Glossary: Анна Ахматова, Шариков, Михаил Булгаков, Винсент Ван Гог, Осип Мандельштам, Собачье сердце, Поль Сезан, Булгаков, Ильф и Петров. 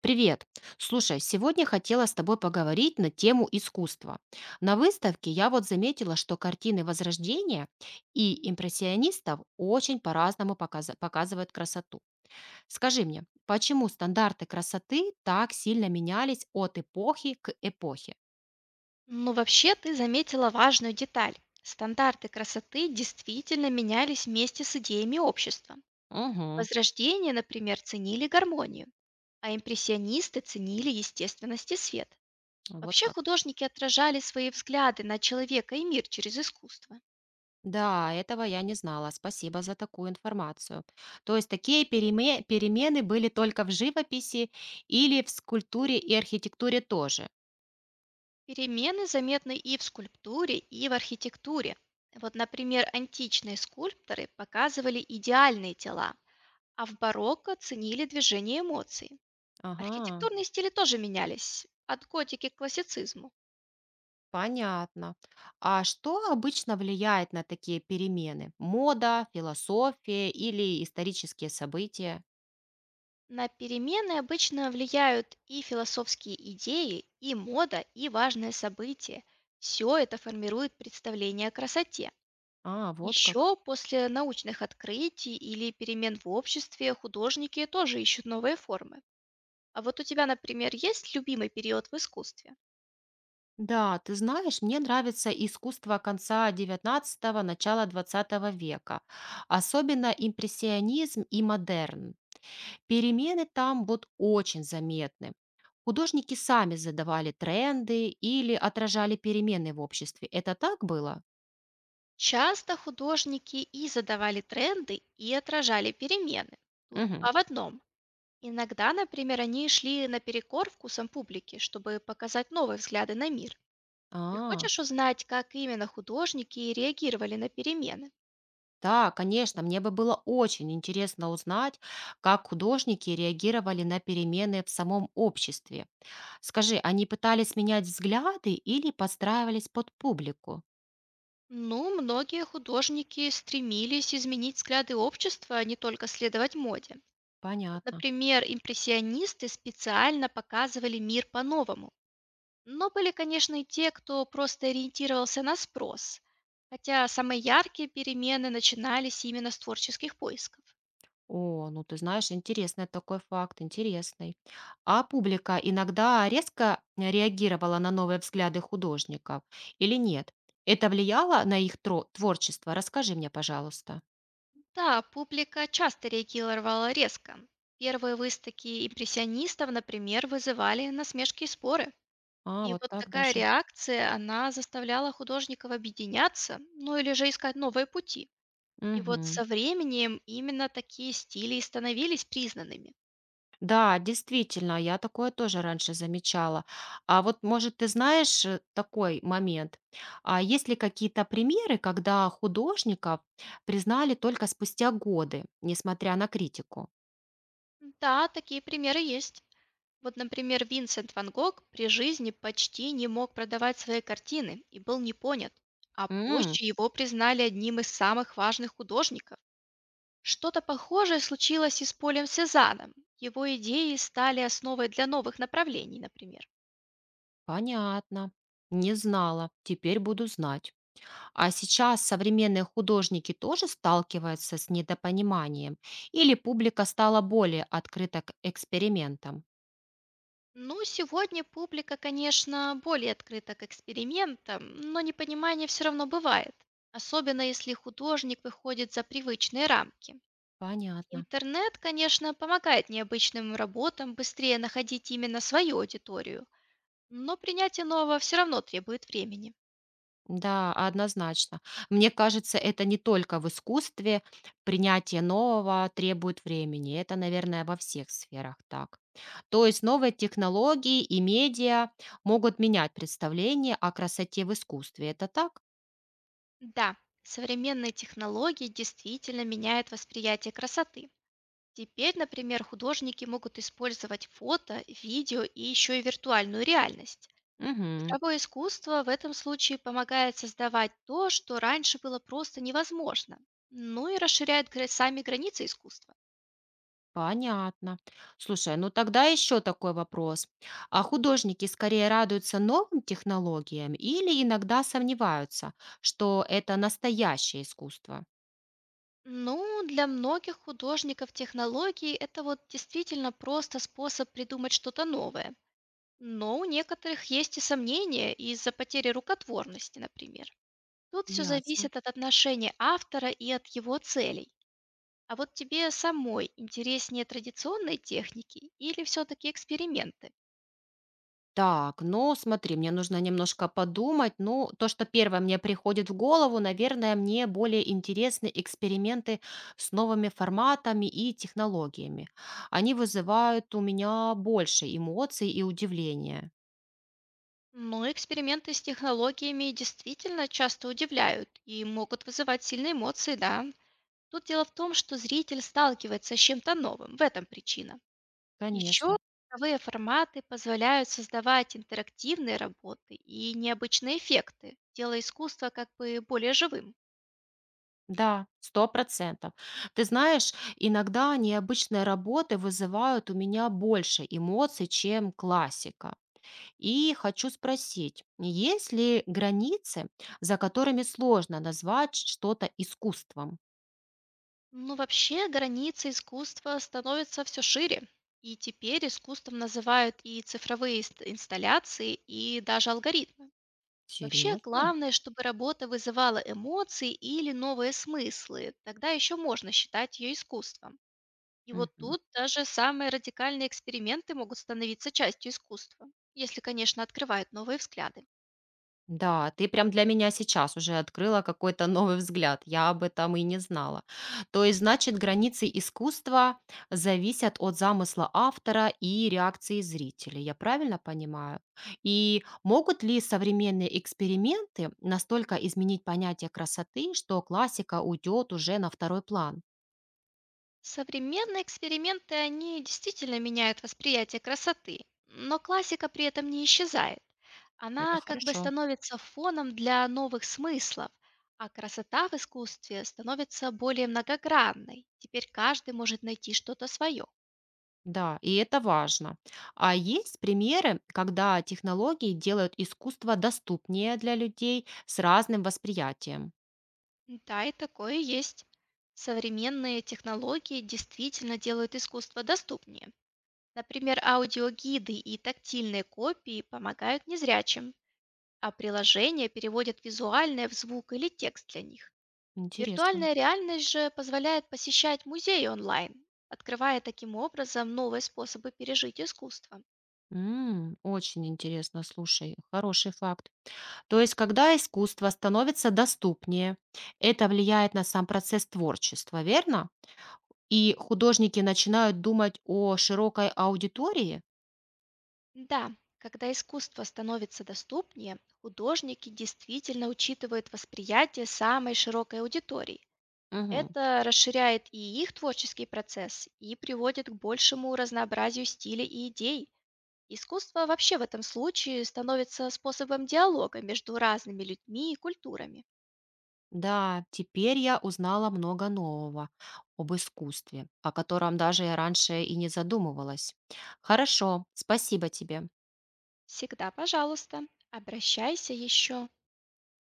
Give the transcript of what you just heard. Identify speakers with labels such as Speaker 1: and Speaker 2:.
Speaker 1: Привет. Слушай, сегодня хотела с тобой поговорить на тему искусства. На выставке я вот заметила, что картины Возрождения и импрессионистов очень по-разному показывают красоту. Скажи мне, почему стандарты красоты так сильно менялись от эпохи к эпохе?
Speaker 2: Ну, вообще, ты заметила важную деталь. Стандарты красоты действительно менялись вместе с идеями общества.
Speaker 1: Угу,
Speaker 2: Возрождение, например, ценили гармонию, а импрессионисты ценили естественность и свет.
Speaker 1: вот
Speaker 2: Вообще
Speaker 1: как.
Speaker 2: художники отражали свои взгляды на человека и мир через искусство.
Speaker 1: Да, этого я не знала. Спасибо за такую информацию. То есть такие перемены были только в живописи или в скульптуре и архитектуре тоже?
Speaker 2: Перемены заметны и в скульптуре, и в архитектуре. Вот, например, античные скульпторы показывали идеальные тела, а в барокко ценили движение эмоций.
Speaker 1: Ага,
Speaker 2: Архитектурные стили тоже менялись, от готики к классицизму.
Speaker 1: понятно. А что обычно влияет на такие перемены? Мода, философия или исторические события?
Speaker 2: На перемены обычно влияют и философские идеи, и мода, и важные события. Все это формирует представление о красоте.
Speaker 1: А, вот как.
Speaker 2: Еще после научных открытий или перемен в обществе художники тоже ищут новые формы. А вот у тебя, например, есть любимый период в искусстве?
Speaker 1: Да, ты знаешь, мне нравится искусство конца девятнадцатого начала двадцатого века, особенно импрессионизм и модерн. Перемены там вот очень заметны. Художники сами задавали тренды или отражали перемены в обществе. Это так было?
Speaker 2: Часто художники и задавали тренды, и отражали перемены. Тут
Speaker 1: Мгм.
Speaker 2: два в одном. Иногда, например, они шли наперекор вкусам публики, чтобы показать новые взгляды на мир. Ты
Speaker 1: А.
Speaker 2: хочешь узнать, как именно художники реагировали на перемены?
Speaker 1: Да, конечно, мне бы было очень интересно узнать, как художники реагировали на перемены в самом обществе. Скажи, они пытались менять взгляды или подстраивались под публику?
Speaker 2: Ну, многие художники стремились изменить взгляды общества, а не только следовать моде. Вот,
Speaker 1: Понятно.
Speaker 2: например, импрессионисты специально показывали мир по-новому. Но были, конечно, и те, кто просто ориентировался на спрос. Хотя самые яркие перемены начинались именно с творческих поисков.
Speaker 1: О, ну ты знаешь, интересный такой факт, интересный. А публика иногда резко реагировала на новые взгляды художников или нет? Это влияло на их творчество? Расскажи мне, пожалуйста.
Speaker 2: Да, публика часто реагировала резко. Первые выставки импрессионистов, например, вызывали насмешки и споры.
Speaker 1: А,
Speaker 2: И
Speaker 1: вот
Speaker 2: вот
Speaker 1: так
Speaker 2: такая
Speaker 1: даже.
Speaker 2: реакция, она заставляла художников объединяться, ну или же искать новые пути. И вот
Speaker 1: Мгм.
Speaker 2: со временем именно такие стили и становились признанными.
Speaker 1: Да, действительно, я такое тоже раньше замечала. А вот, может, ты знаешь такой момент? А есть ли какие-то примеры, когда художников признали только спустя годы, несмотря на критику?
Speaker 2: Да, такие примеры есть. Вот, например, Винсент Ван Гог при жизни почти не мог продавать свои картины и был не понят, а
Speaker 1: М,
Speaker 2: позже его признали одним из самых важных художников. Что-то похожее случилось и с Полем Сезаном. Его идеи стали основой для новых направлений, например.
Speaker 1: понятно. Не знала. Теперь буду знать. А сейчас современные художники тоже сталкиваются с недопониманием? Или публика стала более открыта к экспериментам?
Speaker 2: Ну, сегодня публика, конечно, более открыта к экспериментам, но непонимание все равно бывает, особенно если художник выходит за привычные рамки.
Speaker 1: Понятно.
Speaker 2: Интернет, конечно, помогает необычным работам быстрее находить именно свою аудиторию, но принятие нового все равно требует времени.
Speaker 1: Да, однозначно. Мне кажется, это не только в искусстве. Принятие нового требует времени. Это, наверное, во всех сферах так. То есть новые технологии и медиа могут менять представление о красоте в искусстве. Это так?
Speaker 2: Да, современные технологии действительно меняют восприятие красоты. Теперь, например, художники могут использовать фото, видео и еще и виртуальную реальность.
Speaker 1: Мгм.
Speaker 2: Цифровое искусство в этом случае помогает создавать то, что раньше было просто невозможно, ну и расширяет сами границы искусства.
Speaker 1: Понятно. Слушай, ну тогда еще такой вопрос. А художники скорее радуются новым технологиям или иногда сомневаются, что это настоящее искусство?
Speaker 2: Ну, для многих художников технологии это вот действительно просто способ придумать что-то новое. Но у некоторых есть и сомнения из-за потери рукотворности, например. Тут все
Speaker 1: Ясно.
Speaker 2: зависит от отношения автора и от его целей. А вот тебе самой интереснее традиционные техники или все-таки эксперименты?
Speaker 1: Так, ну смотри, мне нужно немножко подумать. Ну, то, что первое мне приходит в голову, наверное, мне более интересны эксперименты с новыми форматами и технологиями. Они вызывают у меня больше эмоций и удивления.
Speaker 2: Ну, эксперименты с технологиями действительно часто удивляют и могут вызывать сильные эмоции, да. Тут дело в том, что зритель сталкивается с чем-то новым, в этом причина. Еще
Speaker 1: Конечно.
Speaker 2: цифровые форматы позволяют создавать интерактивные работы и необычные эффекты, делая искусство как бы более живым.
Speaker 1: Да, 100%. Ты знаешь, иногда необычные работы вызывают у меня больше эмоций, чем классика. И хочу спросить, есть ли границы, за которыми сложно назвать что-то искусством?
Speaker 2: Ну, вообще, границы искусства становятся все шире. И теперь искусством называют и цифровые инсталляции, и даже алгоритмы. Вообще,
Speaker 1: Серьезно?
Speaker 2: главное, чтобы работа вызывала эмоции или новые смыслы. Тогда еще можно считать ее искусством. И вот
Speaker 1: Мгм.
Speaker 2: тут даже самые радикальные эксперименты могут становиться частью искусства, если, конечно, открывают новые взгляды.
Speaker 1: Да, ты прям для меня сейчас уже открыла какой-то новый взгляд. Я об этом и не знала. То есть, значит, границы искусства зависят от замысла автора и реакции зрителей. Я правильно понимаю? И могут ли современные эксперименты настолько изменить понятие красоты, что классика уйдет уже на второй план?
Speaker 2: Современные эксперименты, они действительно меняют восприятие красоты, но классика при этом не исчезает.
Speaker 1: Это
Speaker 2: Она как бы
Speaker 1: хорошо.
Speaker 2: становится фоном для новых смыслов, а красота в искусстве становится более многогранной. Теперь каждый может найти что-то свое.
Speaker 1: Да, и это важно. А есть примеры, когда технологии делают искусство доступнее для людей с разным восприятием?
Speaker 2: Да, и такое есть. Современные технологии действительно делают искусство доступнее. Например, аудиогиды и тактильные копии помогают незрячим, а приложения переводят визуальное в звук или текст для них.
Speaker 1: Интересно.
Speaker 2: Виртуальная реальность же позволяет посещать музеи онлайн, открывая таким образом новые способы пережить искусство.
Speaker 1: М, очень интересно, слушай, хороший факт. То есть, когда искусство становится доступнее, это влияет на сам процесс творчества, верно? И художники начинают думать о широкой аудитории?
Speaker 2: Да, когда искусство становится доступнее, художники действительно учитывают восприятие самой широкой аудитории. Это расширяет и их творческий процесс, и приводит к большему разнообразию стилей и идей. Искусство вообще в этом случае становится способом диалога между разными людьми и культурами.
Speaker 1: Да, теперь я узнала много нового об искусстве, о котором даже я раньше и не задумывалась. Хорошо, спасибо тебе.
Speaker 2: Всегда, пожалуйста, обращайся еще.